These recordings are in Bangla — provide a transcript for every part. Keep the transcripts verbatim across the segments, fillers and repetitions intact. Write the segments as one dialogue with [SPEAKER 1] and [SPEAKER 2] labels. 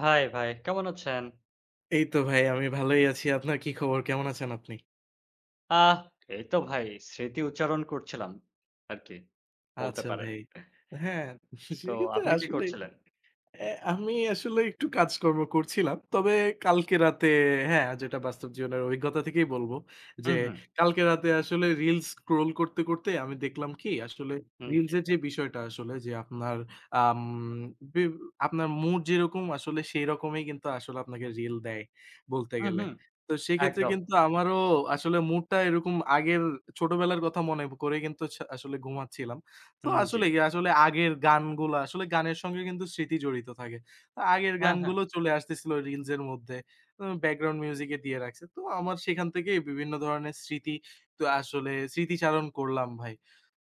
[SPEAKER 1] হাই ভাই, কেমন আছেন?
[SPEAKER 2] এই তো ভাই আমি ভালোই আছি। আপনার কি খবর? কেমন আছেন আপনি?
[SPEAKER 1] আহ এই তো ভাই, স্মৃতি উচ্চারণ করছিলাম আরকি, বলতে
[SPEAKER 2] আচ্ছা
[SPEAKER 1] পারেন।
[SPEAKER 2] ভাই। হ্যাঁ,
[SPEAKER 1] তো
[SPEAKER 2] সেক্ষেত্রে
[SPEAKER 1] আপনি কি
[SPEAKER 2] আসলে
[SPEAKER 1] করছিলেন?
[SPEAKER 2] অ্যা আমি আসলে একটু কাজকর্ম করছিলাম। তবে কালকে রাতে হ্যাঁ, যেটা বাস্তব জীবনের অভিজ্ঞতা থেকেই বলব যে,
[SPEAKER 1] হুম, হুম।
[SPEAKER 2] কালকে রাতে আসলে রিলস স্ক্রল করতে, করতে আমি দেখলাম কি আসলে
[SPEAKER 1] হুম, জি।
[SPEAKER 2] রিলসের যে বিষয়টা আসলে যে আপনার আম বি আপনার মুড যেরকম আসলে সেই রকমই কিন্তু আসলে আপনাকে রিল দেয় বলতে
[SPEAKER 1] হুম,
[SPEAKER 2] গেলে।
[SPEAKER 1] হুম,
[SPEAKER 2] তো সেক্ষেত্রে
[SPEAKER 1] একদম।
[SPEAKER 2] কিন্তু আমারও আসলে মুডটা এরকম আগের ছোটবেলার কথা মনে করে কিন্তু ছা আসলে ঘুমাচ্ছিলাম। তো
[SPEAKER 1] হুম, জি।
[SPEAKER 2] আসলেই, আসলে আগের গানগুলা আসলে গানের সঙ্গে কিন্তু স্মৃতি জড়িত থাকে। তো আগের
[SPEAKER 1] হ্যাঁ, হ্যাঁ।
[SPEAKER 2] গানগুলো চলে আসতেছিল রিলস এর মধ্যে। অ ব্যাকগ্রাউন্ড মিউজিক এ দিয়ে রাখছে। তো আমার সেখান থেকে বিভিন্ন ধরনের স্মৃতি তো আসলে স্মৃতিচারণ করলাম ভাই।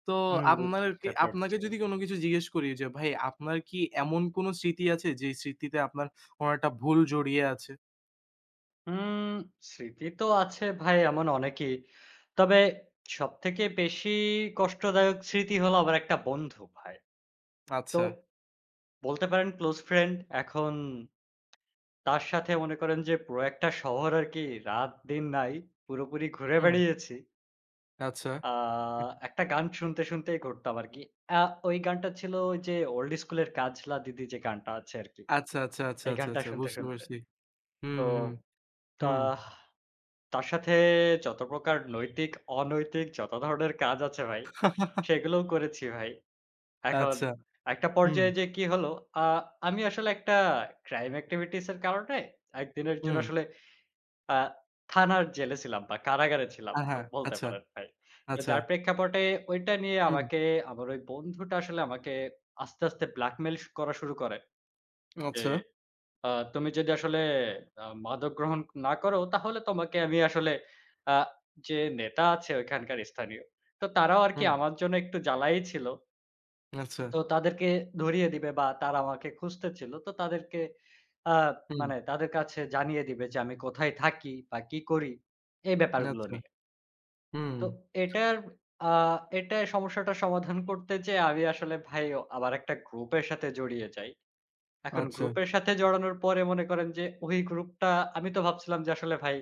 [SPEAKER 2] তো
[SPEAKER 1] হুম,
[SPEAKER 2] আপনার কি
[SPEAKER 1] বুঝতে
[SPEAKER 2] আপনাকে
[SPEAKER 1] পারছি।
[SPEAKER 2] যদি কোন কিছু জিজ্ঞেস করি যে ভাই আপনার কি এমন কোন স্মৃতি আছে যে স্মৃতিতে আপনার কোন একটা ভুল জড়িয়ে আছে?
[SPEAKER 1] উম স্মৃতি তো আছে ভাই এমন অনেকই। তবে সবথেকে বেশি কষ্টদায়ক স্মৃতি হলো আমার একটা বন্ধু ভাই। তো
[SPEAKER 2] আচ্ছা।
[SPEAKER 1] বলতে পারেন ক্লোজ ফ্রেন্ড, এখন তার সাথে মনে করেন যে পুরো একটা শহর আরকি, রাত-দিন নাই, পুরোপুরি ঘুরে
[SPEAKER 2] হুম।
[SPEAKER 1] বেড়িয়েছি।
[SPEAKER 2] আচ্ছা।
[SPEAKER 1] আ একটা গান শুনতে, শুনতেই ঘুরতাম আরকি। আ ওই গানটা ছিল ওই যে ওল্ড স্কুলের কাজলা দিদি যে গানটা আছে আরকি।
[SPEAKER 2] আচ্ছা, আচ্ছা, আচ্ছা,
[SPEAKER 1] এই
[SPEAKER 2] আচ্ছা,
[SPEAKER 1] গানটা
[SPEAKER 2] আচ্ছা,
[SPEAKER 1] শুনতে,
[SPEAKER 2] বুঝতে
[SPEAKER 1] শুনতে।
[SPEAKER 2] পারছি।
[SPEAKER 1] তো
[SPEAKER 2] হুম, হুম,
[SPEAKER 1] তা
[SPEAKER 2] হুম।
[SPEAKER 1] তার সাথে যত প্রকার নৈতিক, অনৈতিক যত ধরনের কাজ আছে ভাই, সেগুলোও করেছি ভাই। এখন
[SPEAKER 2] আচ্ছা।
[SPEAKER 1] একটা
[SPEAKER 2] হুম,
[SPEAKER 1] পর্যায়ে যেয়ে কি হলো, আ আমি আসলে একটা ক্রাইম এক্টিভিটিস এর কারণে একদিনের জন্য
[SPEAKER 2] হুম।
[SPEAKER 1] আসলে আ থানার জেলে ছিলাম বা কারাগারে ছিলাম,
[SPEAKER 2] হ্যাঁ,
[SPEAKER 1] ব
[SPEAKER 2] হ্যাঁ।
[SPEAKER 1] বলতে
[SPEAKER 2] আচ্ছা,
[SPEAKER 1] পারেন ভাই। তো
[SPEAKER 2] আচ্ছা।
[SPEAKER 1] যার প্রেক্ষাপটে ঐটা নিয়ে
[SPEAKER 2] হুম,
[SPEAKER 1] আমাকে আমার ওই বন্ধুটা আসলে আমাকে আস্তে, আস্তে ব্ল্যাকমেইল স করা শুরু করে যে,
[SPEAKER 2] আচ্ছা।
[SPEAKER 1] আ "তুমি যদি আসলে আ মাদক গ্রহণ না করো তাহলে তোমাকে আমি আসলে" আ যে নেতা আছে ওইখানকার স্থানীয়, তো তারাও আরকি
[SPEAKER 2] হুম,
[SPEAKER 1] আমার জন্য একটু জ্বালাই ছিল,
[SPEAKER 2] আচ্ছা।
[SPEAKER 1] তো তাদেরকে ধরিয়ে দিবে বা তারা আমাকে খুঁজতে ছিল। তো তাদেরকে আ
[SPEAKER 2] হুম,
[SPEAKER 1] মানে তাদের কাছে জানিয়ে দিবে যে আমি কোথায় থাকি বা কি করি এই ব্যাপারগুলো
[SPEAKER 2] আচ্ছা।
[SPEAKER 1] নিয়ে।
[SPEAKER 2] হুম,
[SPEAKER 1] তো এটার আ এটা সমস্যাটা সমাধান করতে যেয়ে আমি আসলে ভাই আবার একটা গ্রুপের সাথে জড়িয়ে যাই। এখন
[SPEAKER 2] আচ্ছা।
[SPEAKER 1] গ্রুপের সাথে জড়ানোর পরে মনে করেন যে ওই গ্রুপটা, আমি তো ভাবছিলাম যে আসলে ভাই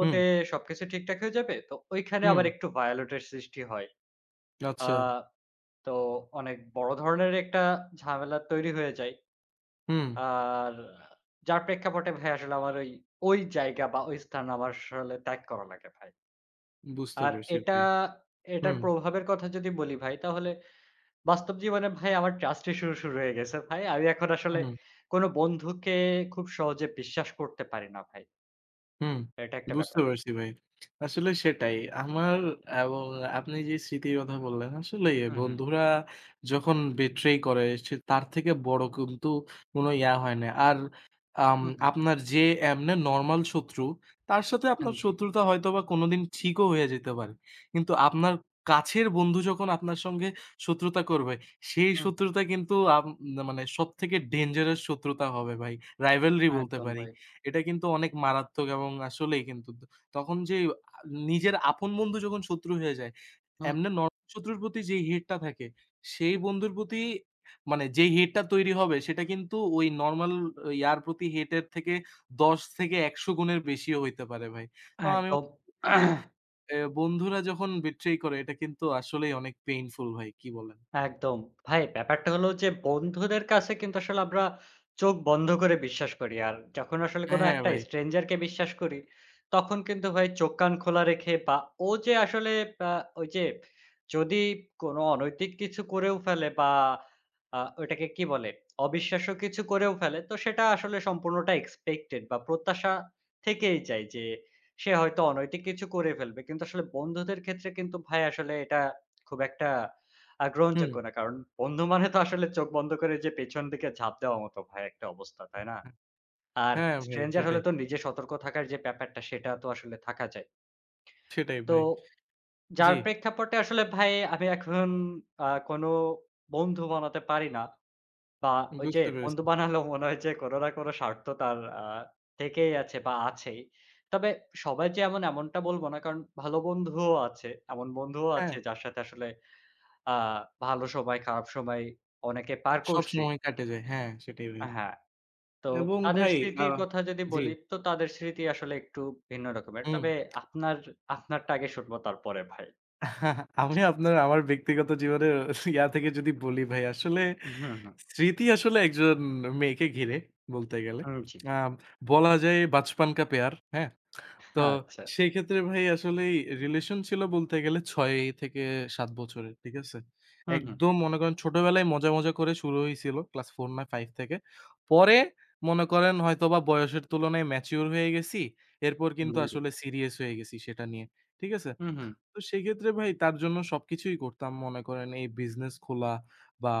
[SPEAKER 2] হুম,
[SPEAKER 1] সবকিছু ঠিকঠাক হয়ে যাবে। তো ওইখানে
[SPEAKER 2] হুম,
[SPEAKER 1] আবার একটু ভায়োলেট এর সৃষ্টি হয়। আ
[SPEAKER 2] আচ্ছা।
[SPEAKER 1] তো অনেক বড় ধরনের একটা ঝামেলা তৈরি হয়ে যায়।
[SPEAKER 2] হুম,
[SPEAKER 1] আর যার প্রেক্ষাপটে ভাই আসলে আমার ওই, ওই জায়গা বা ওই স্থান আমার আসলে ত্যাগ করা লাগে ভাই।
[SPEAKER 2] বুঝতে
[SPEAKER 1] আর
[SPEAKER 2] পারছি
[SPEAKER 1] এটা
[SPEAKER 2] ভাই।
[SPEAKER 1] এটার
[SPEAKER 2] হুম,
[SPEAKER 1] প্রভাবের কথা যদি বলি ভাই, তাহলে বাস্তব জীবনে ভাই আমার ট্রাস্ট ইস্যু শুরু হয়ে গেছে ভাই। আমি এখন আসলে
[SPEAKER 2] হুম।
[SPEAKER 1] কোন বন্ধুকে খুব সহজে বিশ্বাস করতে পারি না ভাই।
[SPEAKER 2] হুম,
[SPEAKER 1] এটা একটা
[SPEAKER 2] বুঝতে
[SPEAKER 1] ব্যাপার।
[SPEAKER 2] পারছি ভাই। আসলে সেটাই। আমার এবং আপনি যে স্মৃতির কথা বললেন, আসলেই
[SPEAKER 1] হুম, হুম।
[SPEAKER 2] বন্ধুরা যখন betray করে সে তার থেকে বড় কিন্তু কোনো ইয়া হয় না। আর আম
[SPEAKER 1] হুম, হুম।
[SPEAKER 2] আপনার যে এমনে নরমাল শত্রু, তার সাথে
[SPEAKER 1] আন
[SPEAKER 2] আপনার
[SPEAKER 1] জি।
[SPEAKER 2] শত্রুতা হয়তোবা কোনোদিন ঠিকও হয়ে যেতে পারে। কিন্তু আপনার কাছের বন্ধু যখন আপনার সঙ্গে শত্রুতা করবে, সেই
[SPEAKER 1] হুম, হুম,
[SPEAKER 2] শত্রুতা কিন্তু আপ মানে সবথেকে ডেঞ্জারাস শত্রুতা হবে ভাই। rivalry বলতে
[SPEAKER 1] একদম
[SPEAKER 2] পারি।
[SPEAKER 1] ভাই।
[SPEAKER 2] এটা কিন্তু অনেক মারাত্মক এবং আসলেই কিন্তু দ তখন যে আ নিজের আপন বন্ধু যখন শত্রু হয়ে যায়,
[SPEAKER 1] হুম,
[SPEAKER 2] এমনে নরম শত্রুর প্রতি যেই হেটটা থাকে, সেই বন্ধুর প্রতি মানে যেই হেটটা তৈরি হবে সেটা কিন্তু ওই নরমাল ইয়ার প্রতি হেটের থেকে দশ থেকে একশো গুণের বেশিও হইতে পারে ভাই। তো আমি
[SPEAKER 1] একদম।
[SPEAKER 2] মনে করি যে এ বন্ধুরা যখন betray করে এটা কিন্তু আসলেই অনেক পেইনফুল ভাই। কি বলেন?
[SPEAKER 1] একদম। ভাই, ব্যাপারটা হলো যে বন্ধুদের কাছে কিন্তু আসলে আমরা চোখ বন্ধ করে বিশ্বাস করি। আর যখন আসলে কোনো
[SPEAKER 2] হ্যাঁ
[SPEAKER 1] একটা
[SPEAKER 2] ভাই।
[SPEAKER 1] stranger কে বিশ্বাস করি, তখন কিন্তু ভাই চোখ কান খোলা রেখে বা ও যে আসলে আ ওই যে যদি কোনো অনৈতিক কিছু করেও ফেলে বা আ ওইটাকে কি বলে, অবিশ্বাস্য কিছু করেও ফেলে, তো সেটা আসলে সম্পূর্ণটা expected বা প্রত্যাশা থেকেই যায় যে সে হয়তো অনৈতিক কিছু করে ফেলবে। কিন্তু আসলে বন্ধুদের ক্ষেত্রে কিন্তু ভাই আসলে এটা খুব একটা আ
[SPEAKER 2] হুম।
[SPEAKER 1] গ্রহণযোগ্য না। কারণ বন্ধু মানে তো আসলে চোখ বন্ধ করে যে পেছন দিকে ঝাঁপ দেওয়ার মতো ভাই একটা অবস্থা, তাই না? আর
[SPEAKER 2] হ্যাঁ ভাই
[SPEAKER 1] স্ট্রেঞ্জার হলে
[SPEAKER 2] সেটাই।
[SPEAKER 1] তো নিজে সতর্ক থাকার যে ব্যাপারটা সেটা তো আসলে থাকা যায়।
[SPEAKER 2] সেটাই
[SPEAKER 1] তো
[SPEAKER 2] ভাই। জি,
[SPEAKER 1] যার প্রেক্ষাপটে আসলে ভাই আমি এখন আ কোনো বন্ধু বানাতে পারি না। বা ওই যে
[SPEAKER 2] বুঝতে
[SPEAKER 1] বন্ধু
[SPEAKER 2] পেরেছি।
[SPEAKER 1] বানালেও মনে হয় যে কোনো না কোনো স্বার্থ তার আ থেকেই আছে বা আছেই। তবে সবাই যে এমন, এমনটা বলব না। কারণ ভালো বন্ধুও আছে। এমন বন্ধুও আছে
[SPEAKER 2] হ্যাঁ।
[SPEAKER 1] যার সাথে আসলে আ ভালো সময়, খারাপ সময় অনেকে পার
[SPEAKER 2] সব
[SPEAKER 1] করছি।
[SPEAKER 2] সময় কাটে যায়। হ্যাঁ, সেটাই ভাই।
[SPEAKER 1] হ্যাঁ, তো
[SPEAKER 2] এবং
[SPEAKER 1] তাদের
[SPEAKER 2] ভাই আ
[SPEAKER 1] স্মৃতির কথা যদি
[SPEAKER 2] জি,
[SPEAKER 1] বলি, তো তাদের স্মৃতি আসলে একটু ভিন্ন রকমের।
[SPEAKER 2] হুম।
[SPEAKER 1] তবে আপনার আপনারটা আগে শুনবো তারপরে ভাই।
[SPEAKER 2] আমি আপনার আমার ব্যক্তিগত জীবনের ইয়া থেকে যদি বলি ভাই, আসলে
[SPEAKER 1] হুম, হুম।
[SPEAKER 2] স্মৃতি আসলে একজন মেয়েকে ঘিরে বলতে গেলে।
[SPEAKER 1] হুম, জি।
[SPEAKER 2] আ বলা যায় বাচপান কা প্যার, হ্যাঁ? তো
[SPEAKER 1] আচ্ছা।
[SPEAKER 2] সেই ক্ষেত্রে ভাই আসলেই রিলেশন ছিল বলতে গেলে ছয় থেকে সাত বছরের। ঠিক আছে?
[SPEAKER 1] হুম, হুম।
[SPEAKER 2] একদম মনে করেন ছোটবেলায় মজা, মজা করে শুরু হইছিল ক্লাস চার না পাঁচ থেকে। পরে মনে করেন হয়তোবা বয়সের তুলনায় ম্যাচিউর হয়ে গেছি। এরপর কিন্তু
[SPEAKER 1] হুম, জি।
[SPEAKER 2] আসলে সিরিয়াস হয়ে গেছি সেটা নিয়ে। ঠিক আছে?
[SPEAKER 1] হুম, হুম।
[SPEAKER 2] তো সেক্ষেত্রে ভাই তার জন্য সবকিছুই করতাম। মনে করেন এই বিজনেস খোলা বা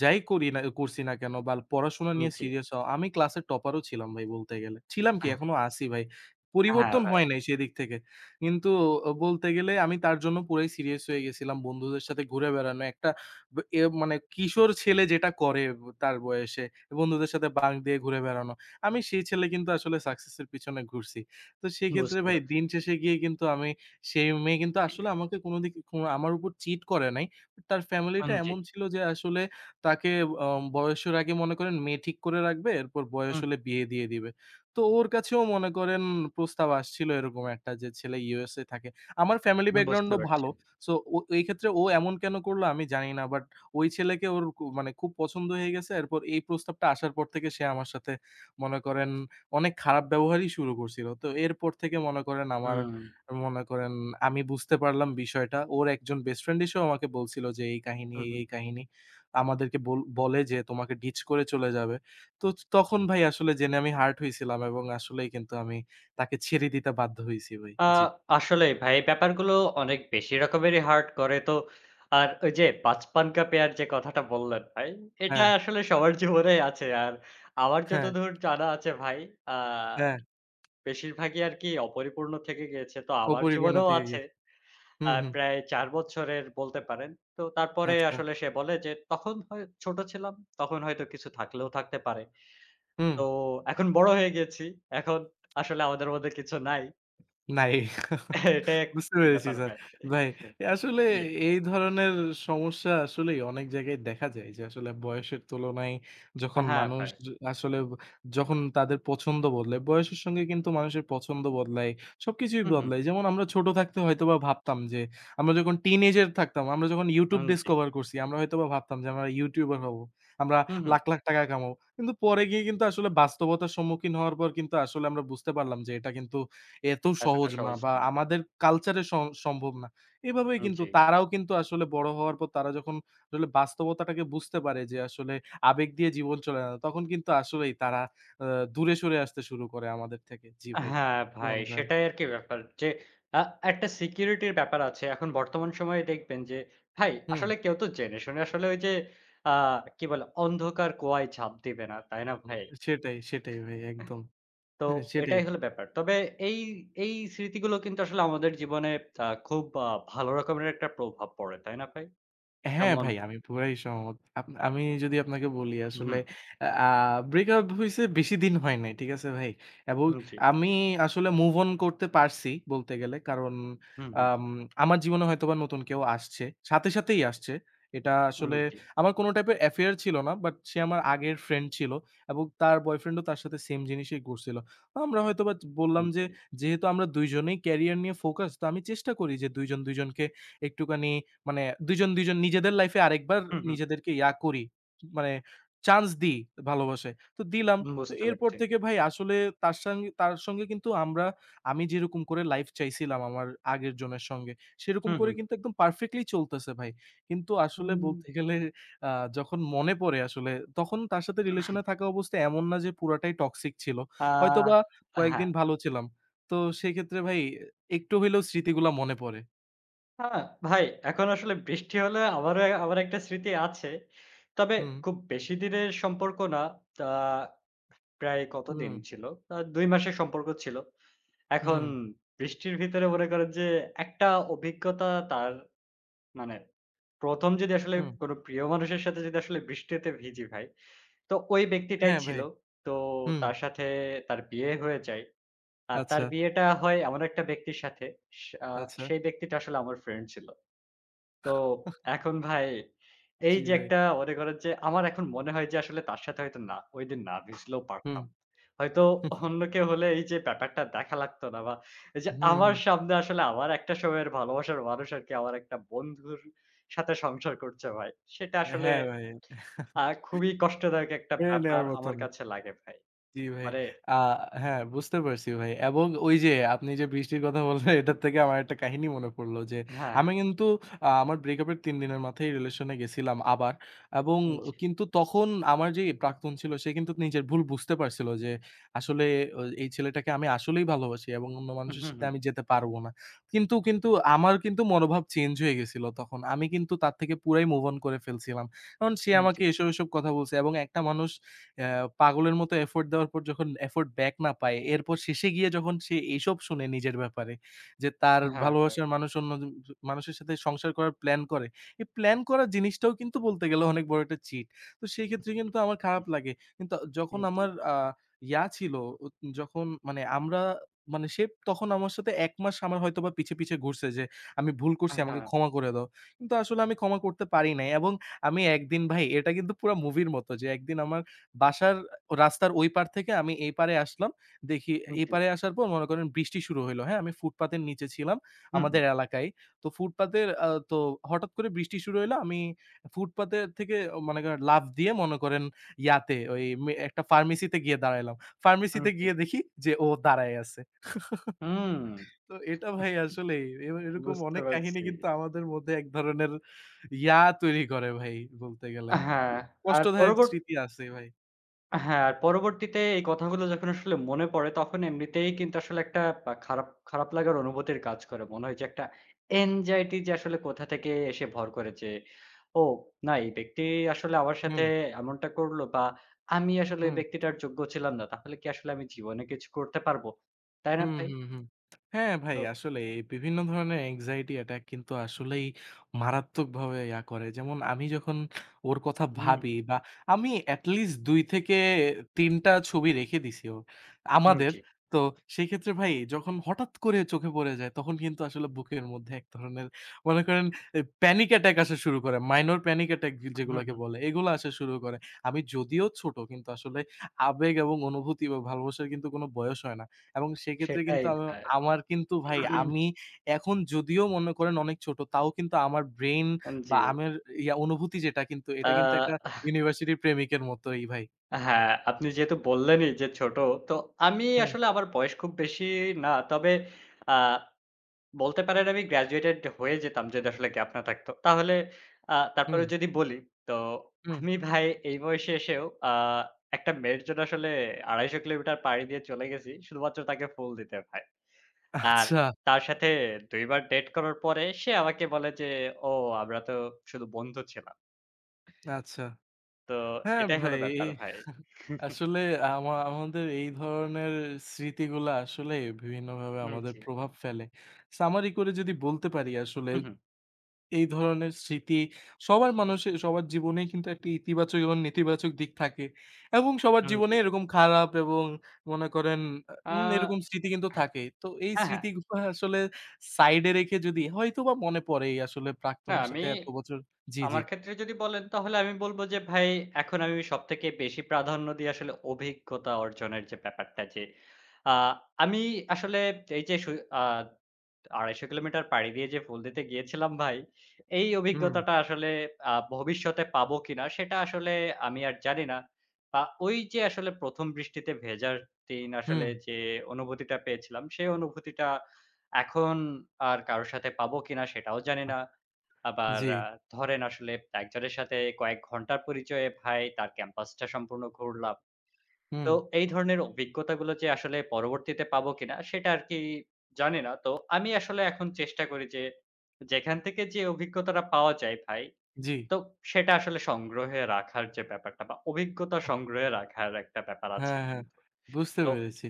[SPEAKER 2] যাই করি না করছি না কেন বা পড়াশোনা
[SPEAKER 1] হুম,
[SPEAKER 2] নিয়ে
[SPEAKER 1] জি।
[SPEAKER 2] সিরিয়াস হওয়া। আমি ক্লাসের টপারও ছিলাম ভাই বলতে গেলে। ছিলাম কি এখনো আছি ভাই।
[SPEAKER 1] হ্যাঁ,
[SPEAKER 2] পরিবর্তন
[SPEAKER 1] ভাই,
[SPEAKER 2] হয় নাই সেদিক থেকে। কিন্তু অ বলতে গেলে আমি তার জন্য পুরাই সিরিয়াস হয়ে গেছিলাম। বন্ধুদের সাথে ঘুরে বেড়ানো একটা ব এ মানে কিশোর ছেলে যেটা করে ব তার বয়সে বন্ধুদের সাথে বাঁক দিয়ে ঘুরে বেড়ানো। আমি সেই ছেলে কিন্তু আসলে সাকসেসের পিছনে ঘুরছি। তো সেক্ষেত্রে
[SPEAKER 1] বুঝতে
[SPEAKER 2] ভাই
[SPEAKER 1] পারছি।
[SPEAKER 2] দিন শেষে গিয়ে কিন্তু আমি সেই মেয়ে কিন্তু আসলে আমাকে কোনো দিক কোনো আমার উপর চিট করে নাই। তার ফ্যামিলিটা
[SPEAKER 1] হুম, জি।
[SPEAKER 2] এমন ছিল যে আসলে তাকে অ বয়সের আগে মনে করেন মেয়ে ঠিক করে রাখবে, এরপর বয়স
[SPEAKER 1] হুম,
[SPEAKER 2] হলে বিয়ে দিয়ে দিবে। তো ওর কাছেও মনে করেন প্রস্তাব আসছিল এরকম একটা যে ছেলে ইউ এস এ থাকে। আমার ফ্যামিলি
[SPEAKER 1] হুম,
[SPEAKER 2] ব্যাকগ্রাউন্ড
[SPEAKER 1] বুঝতে
[SPEAKER 2] ও
[SPEAKER 1] পারছি।
[SPEAKER 2] ভালো। সো ও এই ক্ষেত্রে ও এমন কেন করলো আমি জানি না। বাট ওই ছেলেকে ওর কু মানে খুব পছন্দ হয়ে গেছে। এরপর এই প্রস্তাবটা আসার পর থেকে সে আমার সাথে মনে করেন অনেক খারাপ ব্যবহারই শুরু করছিল। তো এরপর থেকে মনে করেন আমার
[SPEAKER 1] হুম,
[SPEAKER 2] মনে করেন আমি বুঝতে পারলাম বিষয়টা। ওর একজন বেস্ট ফ্রেন্ড এসেও আমাকে বলছিল যে, "এই কাহিনী,
[SPEAKER 1] হুম,
[SPEAKER 2] এই,
[SPEAKER 1] হুম।
[SPEAKER 2] এই কাহিনী।" আমাদেরকে বল বলে যে, "তোমাকে ডিচ করে চলে যাবে।" তো তখন ভাই আসলে জেনে আমি হার্ট হইছিলাম এবং আসলেই কিন্তু আমি তাকে ছেড়ে দিতে বাধ্য হইছি ভাই।
[SPEAKER 1] আ
[SPEAKER 2] জি।
[SPEAKER 1] আসলেই ভাই, ব্যাপারগুলো অনেক বেশি রকমেরই হার্ট করে তো। আর ওই যে পাঁচ পাঁচ কা পেয়ার যে কথাটা বললেন ভাই, এটা
[SPEAKER 2] হ্যাঁ,
[SPEAKER 1] আসলে সবার জীবনেই আছে। আর আমার
[SPEAKER 2] হ্যাঁ,
[SPEAKER 1] যতদূর জানা আছে ভাই, আ
[SPEAKER 2] হ্যাঁ।
[SPEAKER 1] বেশিরভাগই আরকি অপরিপূর্ণ থেকে গিয়েছে। তো আমার
[SPEAKER 2] অপরিপূর্ণ
[SPEAKER 1] জীবনেও
[SPEAKER 2] থেকে
[SPEAKER 1] আছে।
[SPEAKER 2] গেছে।
[SPEAKER 1] আ
[SPEAKER 2] হুম, হুম।
[SPEAKER 1] প্রায় চার বছরের বলতে পারেন। তো তারপরে
[SPEAKER 2] আচ্ছা।
[SPEAKER 1] আসলে সে বলে যে, "তখন হয় ছোট ছিলাম, তখন হয়তো কিছু থাকলেও থাকতে পারে।
[SPEAKER 2] হুম,
[SPEAKER 1] তো এখন বড় হয়ে গেছি। এখন আসলে আমাদের মধ্যে কিছু নাই।"
[SPEAKER 2] নাই।
[SPEAKER 1] এটাই এক
[SPEAKER 2] বুঝতে পেরেছি
[SPEAKER 1] ব্যাপার
[SPEAKER 2] স্যার।
[SPEAKER 1] ভাই।
[SPEAKER 2] ভাই আসলে
[SPEAKER 1] জি।
[SPEAKER 2] এই ধরনের সমস্যা আসলেই অনেক জায়গায় দেখা যায় যে আসলে বয়সের তুলনায় যখন
[SPEAKER 1] হ্যাঁ,
[SPEAKER 2] মানুষ
[SPEAKER 1] ভাই।
[SPEAKER 2] য- আসলে ব- যখন তাদের পছন্দ বদলায়, বয়সের সঙ্গে কিন্তু মানুষের পছন্দ বদলায়, সবকিছুই
[SPEAKER 1] হু, হু।
[SPEAKER 2] বদলায়। যেমন আমরা ছোট থাকতে হয়তোবা ভাবতাম যে আমরা যখন টিনেজের থাকতাম, আমরা যখন YouTube
[SPEAKER 1] উম জি।
[SPEAKER 2] ডিসকভার করছি, আমরা হয়তোবা ভাবতাম যে আমরা ইউটিউবার হব। আমরা
[SPEAKER 1] হু, হু।
[SPEAKER 2] লাখ, লাখ টাকা কামাবো। কিন্তু পরে গিয়ে কিন্তু আসলে বাস্তবতার সম্মুখীন হওয়ার পর কিন্তু আসলে আমরা বুঝতে পারলাম যে এটা কিন্তু এত
[SPEAKER 1] এতটা
[SPEAKER 2] সহজ না
[SPEAKER 1] সহজ
[SPEAKER 2] বা
[SPEAKER 1] না।
[SPEAKER 2] আমাদের কালচারে সম সম্ভব না। এভাবেই
[SPEAKER 1] উম
[SPEAKER 2] কিন্তু
[SPEAKER 1] জি।
[SPEAKER 2] তারাও কিন্তু আসলে বড় হওয়ার পর তারা যখন আসলে বাস্তবতাটাকে বুঝতে পারে যে আসলে আবেগ দিয়ে জীবন চলে না। তখন কিন্তু আসলেই তারা আ দূরে সরে আসতে শুরু করে আমাদের থেকে। জি ভাই,
[SPEAKER 1] হ্যাঁ,
[SPEAKER 2] কি
[SPEAKER 1] ভাই
[SPEAKER 2] মনে করেন?
[SPEAKER 1] সেটাই আরকি ব্যাপার যে আ একটা সিকিউরিটির ব্যাপার আছে। এখন বর্তমান সময়ে দেখবেন যে ভাই
[SPEAKER 2] হুম,
[SPEAKER 1] আসলে কেউ তো জেনে শুনে আসলে ওই যে আ কি বলে, অন্ধকার কুয়ায় ঝাঁপ দিবে না। তাই না ভাই?
[SPEAKER 2] সেটাই, সেটাই ভাই একদম।
[SPEAKER 1] তো
[SPEAKER 2] হ্যাঁ, সেটাই।
[SPEAKER 1] এটাই হলো ব্যাপার। তবে এই, এই স্মৃতিগুলো কিন্তু আসলে আমাদের জীবনে আ খুব আ ভালো রকমের একটা প্রভাব পড়ে। তাই না ভাই?
[SPEAKER 2] হ্যাঁ,
[SPEAKER 1] যেমন
[SPEAKER 2] ভাই আমি পুরাই সহমত। আপ আমি যদি আপনাকে বলি আসলে
[SPEAKER 1] হুম,
[SPEAKER 2] আ ব্রেকআপ হইছে বেশি দিন হয় নাই। ঠিক আছে ভাই? এবং
[SPEAKER 1] হুম জি।
[SPEAKER 2] আমি আসলে মুভ অন করতে পারছি বলতে গেলে। কারণ
[SPEAKER 1] হুম, হুম।
[SPEAKER 2] আম আমার জীবনে হয়তোবা নতুন কেউ আসছে। সাথে, সাথেই আসছে। এটা
[SPEAKER 1] উম
[SPEAKER 2] আসলে
[SPEAKER 1] জি,
[SPEAKER 2] আমার কোনো টাইপের অ্যাফেয়ার ছিল না। বাট সে আমার আগের ফ্রেন্ড ছিল এবং তার বয়ফ্রেন্ডও তার সাথে সেম জিনিসই করছিল। আমরা হয়তোবা
[SPEAKER 1] উম
[SPEAKER 2] বললাম যে
[SPEAKER 1] জি।
[SPEAKER 2] যেহেতু আমরা দুই জনেই ক্যারিয়ার নিয়ে ফোকাস তো আমি চেষ্টা করি যে দুই জন দুই জনকে একটুখানি মানে দুই জন দুই জন নিজেদের লাইফে আরেকবার
[SPEAKER 1] হুম, হুম।
[SPEAKER 2] নিজেদেরকে ইয়া করি। মানে চান্স দিই ভালোবাসায়। তো দিলাম। তো
[SPEAKER 1] বুঝতে
[SPEAKER 2] এরপর
[SPEAKER 1] পারছি।
[SPEAKER 2] থেকে ভাই আসলে তার সঙ্গে তার সঙ্গে কিন্তু আমরা আমি যেরকম করে লাইফ চাইছিলাম আমার আগের জনের সঙ্গে, সেরকম
[SPEAKER 1] হুম,
[SPEAKER 2] করে
[SPEAKER 1] হুম।
[SPEAKER 2] কিন্তু একদম পারফেক্টলি চলতেছে ভাই। কিন্তু আসলে
[SPEAKER 1] উম
[SPEAKER 2] বলতে গেলে আ যখন মনে পড়ে আসলে তখন তার সাথে রিলেশন এ থাকা অবস্থায় এমন না যে পুরাটাই টক্সিক ছিল।
[SPEAKER 1] আ
[SPEAKER 2] হয়তোবা
[SPEAKER 1] হ্যাঁ।
[SPEAKER 2] কয়েকদিন ভালো ছিলাম। তো সেক্ষেত্রে ভাই একটু হইলেও স্মৃতিগুলা মনে পড়ে।
[SPEAKER 1] আ ভাই, এখন আসলে বৃষ্টি হলে আমারও আমার একটা স্মৃতি আছে। তবে
[SPEAKER 2] হুম,
[SPEAKER 1] খুব বেশি দিনের সম্পর্ক না। তা প্রায় কতদিন
[SPEAKER 2] হুম,
[SPEAKER 1] ছিল? আ দুই মাসের সম্পর্ক ছিল। এখন
[SPEAKER 2] হুম।
[SPEAKER 1] বৃষ্টির ভিতরে মনে করেন যে একটা অভিজ্ঞতা তার মানে, ১ম যদি আসলে
[SPEAKER 2] হুম,
[SPEAKER 1] কোনো প্রিয় মানুষের সাথে যদি আসলে বৃষ্টিতে ভিজি ভাই, তো ওই ব্যক্তিটাই
[SPEAKER 2] হ্যাঁ ভাই।
[SPEAKER 1] ছিল। তো
[SPEAKER 2] হুম,
[SPEAKER 1] তার সাথে, তার বিয়ে হয়ে যায়। আ
[SPEAKER 2] আচ্ছা,
[SPEAKER 1] তার বিয়েটা হয় এমন একটা ব্যক্তির সাথে। সে আ
[SPEAKER 2] আচ্ছা।
[SPEAKER 1] সেই ব্যক্তিটা আসলে আমার ফ্রেন্ড ছিল। তো এখন ভাই, এই
[SPEAKER 2] জি
[SPEAKER 1] যে
[SPEAKER 2] ভাই।
[SPEAKER 1] একটা মনে করেন যে আমার এখন মনে হয় যে আসলে তার সাথে হয়তো না, ঐদিন না ভিজলেও
[SPEAKER 2] হুম,
[SPEAKER 1] পারতাম। হয়তো অন্য কেউ হলে এই যে ব্যাপারটা দেখা লাগতো না বা এই যে
[SPEAKER 2] হুম, হুম,
[SPEAKER 1] আমার
[SPEAKER 2] হুম।
[SPEAKER 1] সামনে আসলে আমার একটা সময়ের ভালোবাসার মানুষ আরকি আমার একটা বন্ধুর সাথে সংসার করছে ভাই। সেটা আসলে
[SPEAKER 2] হ্যাঁ ভাই।
[SPEAKER 1] আ খুবই কষ্টদায়ক একটা
[SPEAKER 2] মেনে
[SPEAKER 1] ব্যাপার
[SPEAKER 2] নেওয়ার
[SPEAKER 1] আমার
[SPEAKER 2] মতন।
[SPEAKER 1] কাছে লাগে ভাই।
[SPEAKER 2] জি ভাই।
[SPEAKER 1] মানে
[SPEAKER 2] আ হ্যাঁ, বুঝতে পারছি ভাই। এবং ওই যে আপনি যে বৃষ্টির কথা বললেন এটার থেকে আমার একটা কাহিনী মনে পড়ল যে
[SPEAKER 1] হ্যাঁ,
[SPEAKER 2] আমি কিন্তু আ আমার ব্রেকআপের তিন দিনের মাথায় রিলেশনে গেছিলাম আবার। এবং
[SPEAKER 1] জি।
[SPEAKER 2] কিন্তু তখন আমার যে প্রাক্তন ছিল সে কিন্তু নিজের ভুল বুঝতে পারছিল যে আসলে অ এই ছেলেটাকে আমি আসলেই ভালোবাসি এবং অন্য মানুষের
[SPEAKER 1] হুম,
[SPEAKER 2] সাথে আমি যেতে পারব না। কিন্তু, কিন্তু আমার কিন্তু মনোভাব চেঞ্জ হয়ে গেছিল তখন। আমি কিন্তু তার থেকে পুরাই মুভ অন করে ফেলছিলাম। কারণ সে
[SPEAKER 1] হুম,
[SPEAKER 2] আমাকে
[SPEAKER 1] জি।
[SPEAKER 2] এসব, এসব কথা বলছে এবং একটা মানুষ অ্যা পাগলের মতো এফোর্ট দেওয়ার পর যখন এফোর্ট ব্যাক না পায়, এরপর শেষে গিয়ে যখন সে এসব শুনে নিজের ব্যাপারে যে তার
[SPEAKER 1] হ্যাঁ, ভাই।
[SPEAKER 2] ভালোবাসার মানুষ অন্য জ মানুষের সাথে সংসার করার প্ল্যান করে। এই প্ল্যান করার জিনিসটাও কিন্তু বলতে গেলে অনেক বড় একটা চিট। তো সেই ক্ষেত্রে কিন্তু আমার খারাপ লাগে। কিন্তু যখন
[SPEAKER 1] হুম, জি।
[SPEAKER 2] আমার আ ইয়া ছিল ও যখন মানে আমরা মানে সে তখন আমার সাথে এক মাস আমার হয়তোবা পিছে, পিছে ঘুরছে যে আমি ভুল করছি
[SPEAKER 1] হ্যাঁ,
[SPEAKER 2] আমাকে
[SPEAKER 1] হ্যাঁ।
[SPEAKER 2] ক্ষমা করে দাও। কিন্তু আসলে আমি ক্ষমা করতে পারি নাই এবং আমি একদিন ভাই এটা কিন্তু পুরা মুভির মতো যে একদিন আমার বাসার রাস্তার ওই পার থেকে আমি এই পারে আসলাম। দেখি
[SPEAKER 1] হুম,
[SPEAKER 2] এই
[SPEAKER 1] জি।
[SPEAKER 2] পারে আসার পর মনে করেন বৃষ্টি শুরু হইলো, হ্যাঁ? আমি ফুটপাতের নিচে ছিলাম
[SPEAKER 1] হুম, হুম।
[SPEAKER 2] আমাদের এলাকায়। তো ফুটপাতের আ তো হঠাৎ করে বৃষ্টি শুরু হইলো। আমি ফুটপাতের থেকে মনে করেন লাফ দিয়ে মনে করেন ইয়াতে ওই মে একটা ফার্মেসিতে গিয়ে দাঁড়াইলাম।
[SPEAKER 1] হুম,
[SPEAKER 2] ফার্মেসিতে
[SPEAKER 1] জি।
[SPEAKER 2] গিয়ে দেখি যে ও দাঁড়ায় আছে।
[SPEAKER 1] হুম,
[SPEAKER 2] তো এটা ভাই আসলেই এ এরকম
[SPEAKER 1] বুঝতে
[SPEAKER 2] অনেক কাহিনী
[SPEAKER 1] পারছি।
[SPEAKER 2] কিন্তু আমাদের মধ্যে এক ধরনের ইয়া তৈরি করে ভাই বলতে গেলে।
[SPEAKER 1] হ্যাঁ, আর
[SPEAKER 2] কষ্টদায়ক
[SPEAKER 1] পরবর্ত
[SPEAKER 2] স্মৃতি আছে ভাই।
[SPEAKER 1] হ্যাঁ, আর পরবর্তীতে এই কথাগুলো যখন আসলে মনে পড়ে তখন এমনিতেই কিন্তু আসলে একটা পা খারাপ, খারাপ লাগার অনুভূতির কাজ করে। মনে হয় যে একটা anxiety যে আসলে কোথা থেকে এসে ভর করেছে। ও না, এই ব্যক্তি আসলে আমার সাথে
[SPEAKER 2] হুম,
[SPEAKER 1] এমনটা করলো, বা আমি আসলে এই
[SPEAKER 2] হুম।
[SPEAKER 1] ব্যক্তিটার যোগ্য ছিলাম না। তাহলে কি আসলে আমি জীবনে কিছু করতে পারবো? তাই না
[SPEAKER 2] হুম,
[SPEAKER 1] ভাই?
[SPEAKER 2] হুম, হুম। হ্যাঁ, ভাই
[SPEAKER 1] তো
[SPEAKER 2] আসলে এই বিভিন্ন ধরনের anxiety attack কিন্তু আসলেই মারাত্মকভাবে ইয়া করে। যেমন আমি যখন ওর কথা
[SPEAKER 1] হুম,
[SPEAKER 2] ভাবি
[SPEAKER 1] হুম।
[SPEAKER 2] বা আমি at least দুই থেকে তিন টা ছবি রেখে দিছি ওর
[SPEAKER 1] হুম,
[SPEAKER 2] আমাদের।
[SPEAKER 1] জি।
[SPEAKER 2] তো সেক্ষেত্রে ভাই যখন হঠাৎ করে চোখে পড়ে যায় তখন কিন্তু আসলে বুকের মধ্যে এক ধরনের মনে করেন এ panic attack আসা শুরু করে। minor panic attack
[SPEAKER 1] হুম,
[SPEAKER 2] যেগুলাকে
[SPEAKER 1] হুম।
[SPEAKER 2] বলে এগুলো আসা শুরু করে। আমি যদিও ছোট কিন্তু আসলে আবেগ এবং অনুভূতি বা ভালোবাসার কিন্তু কোনো বয়স হয় না। এবং সেক্ষেত্রে কিন্তু
[SPEAKER 1] সেটাই
[SPEAKER 2] আমি
[SPEAKER 1] ভাই।
[SPEAKER 2] আমার কিন্তু ভাই আমি এখন যদিও মনে করেন অনেক ছোট, তাও কিন্তু আমার ব্রেইন বা
[SPEAKER 1] জি।
[SPEAKER 2] আমার ইয়া অনুভূতি যেটা কিন্তু এটা কিন্তু একটা
[SPEAKER 1] আ
[SPEAKER 2] ইউনিভার্সিটির প্রেমিকের মতোই ভাই।
[SPEAKER 1] হ্যাঁ, আপনি যেহেতু বললেনই যে ছোট, তো আমি
[SPEAKER 2] হ্যাঁ,
[SPEAKER 1] আসলে আমার বয়স খুব বেশি না। তবে আ বলতে পারেন আমি গ্র্যাজুয়েটেড হয়ে যেতাম যদি আসলে গ্যাপ না থাকতো। তাহলে আ তারপরে
[SPEAKER 2] হুম,
[SPEAKER 1] যদি বলি, তো
[SPEAKER 2] হুম।
[SPEAKER 1] আমি ভাই এই বয়সে এসেও আ একটা মেয়ের জন্য আসলে আড়াইশো কিলোমিটার পাড়ি দিয়ে চলে গেছি শুধুমাত্র তাকে ফুল দিতে ভাই। আর
[SPEAKER 2] আচ্ছা,
[SPEAKER 1] তার সাথে দুই বার ডেট করার পরে সে আমাকে বলে যে, "ও আমরা তো শুধু বন্ধু ছিলাম।"
[SPEAKER 2] আচ্ছা।
[SPEAKER 1] তো
[SPEAKER 2] হ্যাঁ,
[SPEAKER 1] এটাই হলো
[SPEAKER 2] ভাই
[SPEAKER 1] ব্যাপার ভাই।
[SPEAKER 2] আসলে আমা আমাদের এই ধরনের স্মৃতিগুলা আসলে বিভিন্নভাবে
[SPEAKER 1] হুম,
[SPEAKER 2] আমাদের
[SPEAKER 1] জি।
[SPEAKER 2] প্রভাব ফেলে। সামারি করে যদি বলতে পারি আসলে
[SPEAKER 1] হুম, হুম,
[SPEAKER 2] এই ধরনের স্মৃতি সবার মানুষের সবার জীবনেই কিন্তু একটা ইতিবাচক এবং নেতিবাচক দিক থাকে এবং সবার
[SPEAKER 1] হুম,
[SPEAKER 2] জীবনে
[SPEAKER 1] জি।
[SPEAKER 2] এরকম খারাপ এবং মনে করেন আ
[SPEAKER 1] আ
[SPEAKER 2] উম এরকম স্মৃতি কিন্তু থাকে। তো এই
[SPEAKER 1] হ্যাঁ, হ্যাঁ।
[SPEAKER 2] স্মৃতিগুলো আসলে সাইডে রেখে যদি হয়তোবা মনে পড়ে এই আসলে
[SPEAKER 1] না
[SPEAKER 2] প্রাক্তনের সাথে
[SPEAKER 1] আমি
[SPEAKER 2] এত বছর জি, জি।
[SPEAKER 1] আমার ক্ষেত্রে যদি বলেন তাহলে আমি বলব যে ভাই এখন আমি সবথেকে বেশি প্রাধান্য দিই আসলে অভিজ্ঞতা অর্জনের যে ব্যাপারটা, যে আ আমি আসলে এই যে সু আ আড়াইশো কিলোমিটার পাড়ি দিয়ে যে ফুল দিতে গিয়েছিলাম ভাই, এই
[SPEAKER 2] হুম,
[SPEAKER 1] অভিজ্ঞতাটা আসলে আ ভবিষ্যতে পাবো কিনা সেটা আসলে আমি আর জানি না। আ ওই যে আসলে ১ম বৃষ্টিতে ভেজার দিন
[SPEAKER 2] হুম।
[SPEAKER 1] আসলে যে অনুভূতিটা পেয়েছিলাম, সেই অনুভূতিটা এখন আর কারো সাথে পাবো কিনা সেটাও জানি
[SPEAKER 2] আহ
[SPEAKER 1] না। আবার
[SPEAKER 2] জি,
[SPEAKER 1] আ ধরেন আসলে একজনের সাথে কয়েক ঘন্টার পরিচয়ে ভাই তার ক্যাম্পাসটা সম্পূর্ণ ঘুরলাম।
[SPEAKER 2] হুম,
[SPEAKER 1] তো এই ধরনের অভিজ্ঞতাগুলো যে আসলে পরবর্তীতে পাবো কিনা সেটা আরকি জানি না। তো আমি আসলে এখন চেষ্টা করি যে যেখান থেকে যে অভিজ্ঞতাটা পাওয়া যায় ভাই,
[SPEAKER 2] জি।
[SPEAKER 1] তো সেটা আসলে সংগ্রহে রাখার যে ব্যাপারটা বা অভিজ্ঞতা
[SPEAKER 2] আহ
[SPEAKER 1] সংগ্রহে রাখার একটা ব্যাপার আছে
[SPEAKER 2] হ্যাঁ, হ্যাঁ।
[SPEAKER 1] কিন্তু।
[SPEAKER 2] বুঝতে
[SPEAKER 1] তো
[SPEAKER 2] পেরেছি।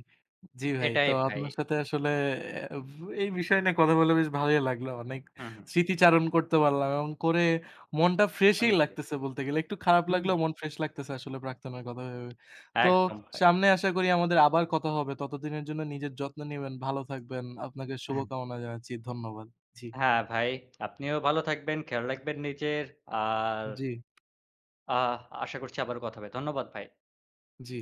[SPEAKER 2] জি ভাই।
[SPEAKER 1] এটাই
[SPEAKER 2] তো
[SPEAKER 1] ভাই।
[SPEAKER 2] আপনার সাথে আসলে অ্যা এই বিষয় নিয়ে কথা বলে বেশ ভালোই লাগলো। অনেক
[SPEAKER 1] হুম, হুম।
[SPEAKER 2] স্মৃতিচারণ করতে পারলাম এবং করে মনটা
[SPEAKER 1] আন
[SPEAKER 2] ফ্রেশই
[SPEAKER 1] জি।
[SPEAKER 2] লাগতেছে বলতে গেলে। একটু খারাপ
[SPEAKER 1] হুম,
[SPEAKER 2] লাগলেও
[SPEAKER 1] হুম।
[SPEAKER 2] মন ফ্রেশ লাগতেছে আসলে প্রাক্তনের কথা ভেবে। তো
[SPEAKER 1] একদম ভাই।
[SPEAKER 2] সামনে আশা করি আমাদের আবার কথা হবে। ততদিনের জন্য নিজের যত্ন নিবেন, ভালো থাকবেন। আপনাকে শুভকামনা জানাচ্ছি। ধন্যবাদ। জি,
[SPEAKER 1] হ্যাঁ ভাই, আপনিও ভালো থাকবেন, খেয়াল রাখবেন নিজের। আর
[SPEAKER 2] জি,
[SPEAKER 1] আহ আশা করছি আবারও কথা হবে। ধন্যবাদ ভাই।
[SPEAKER 2] জি।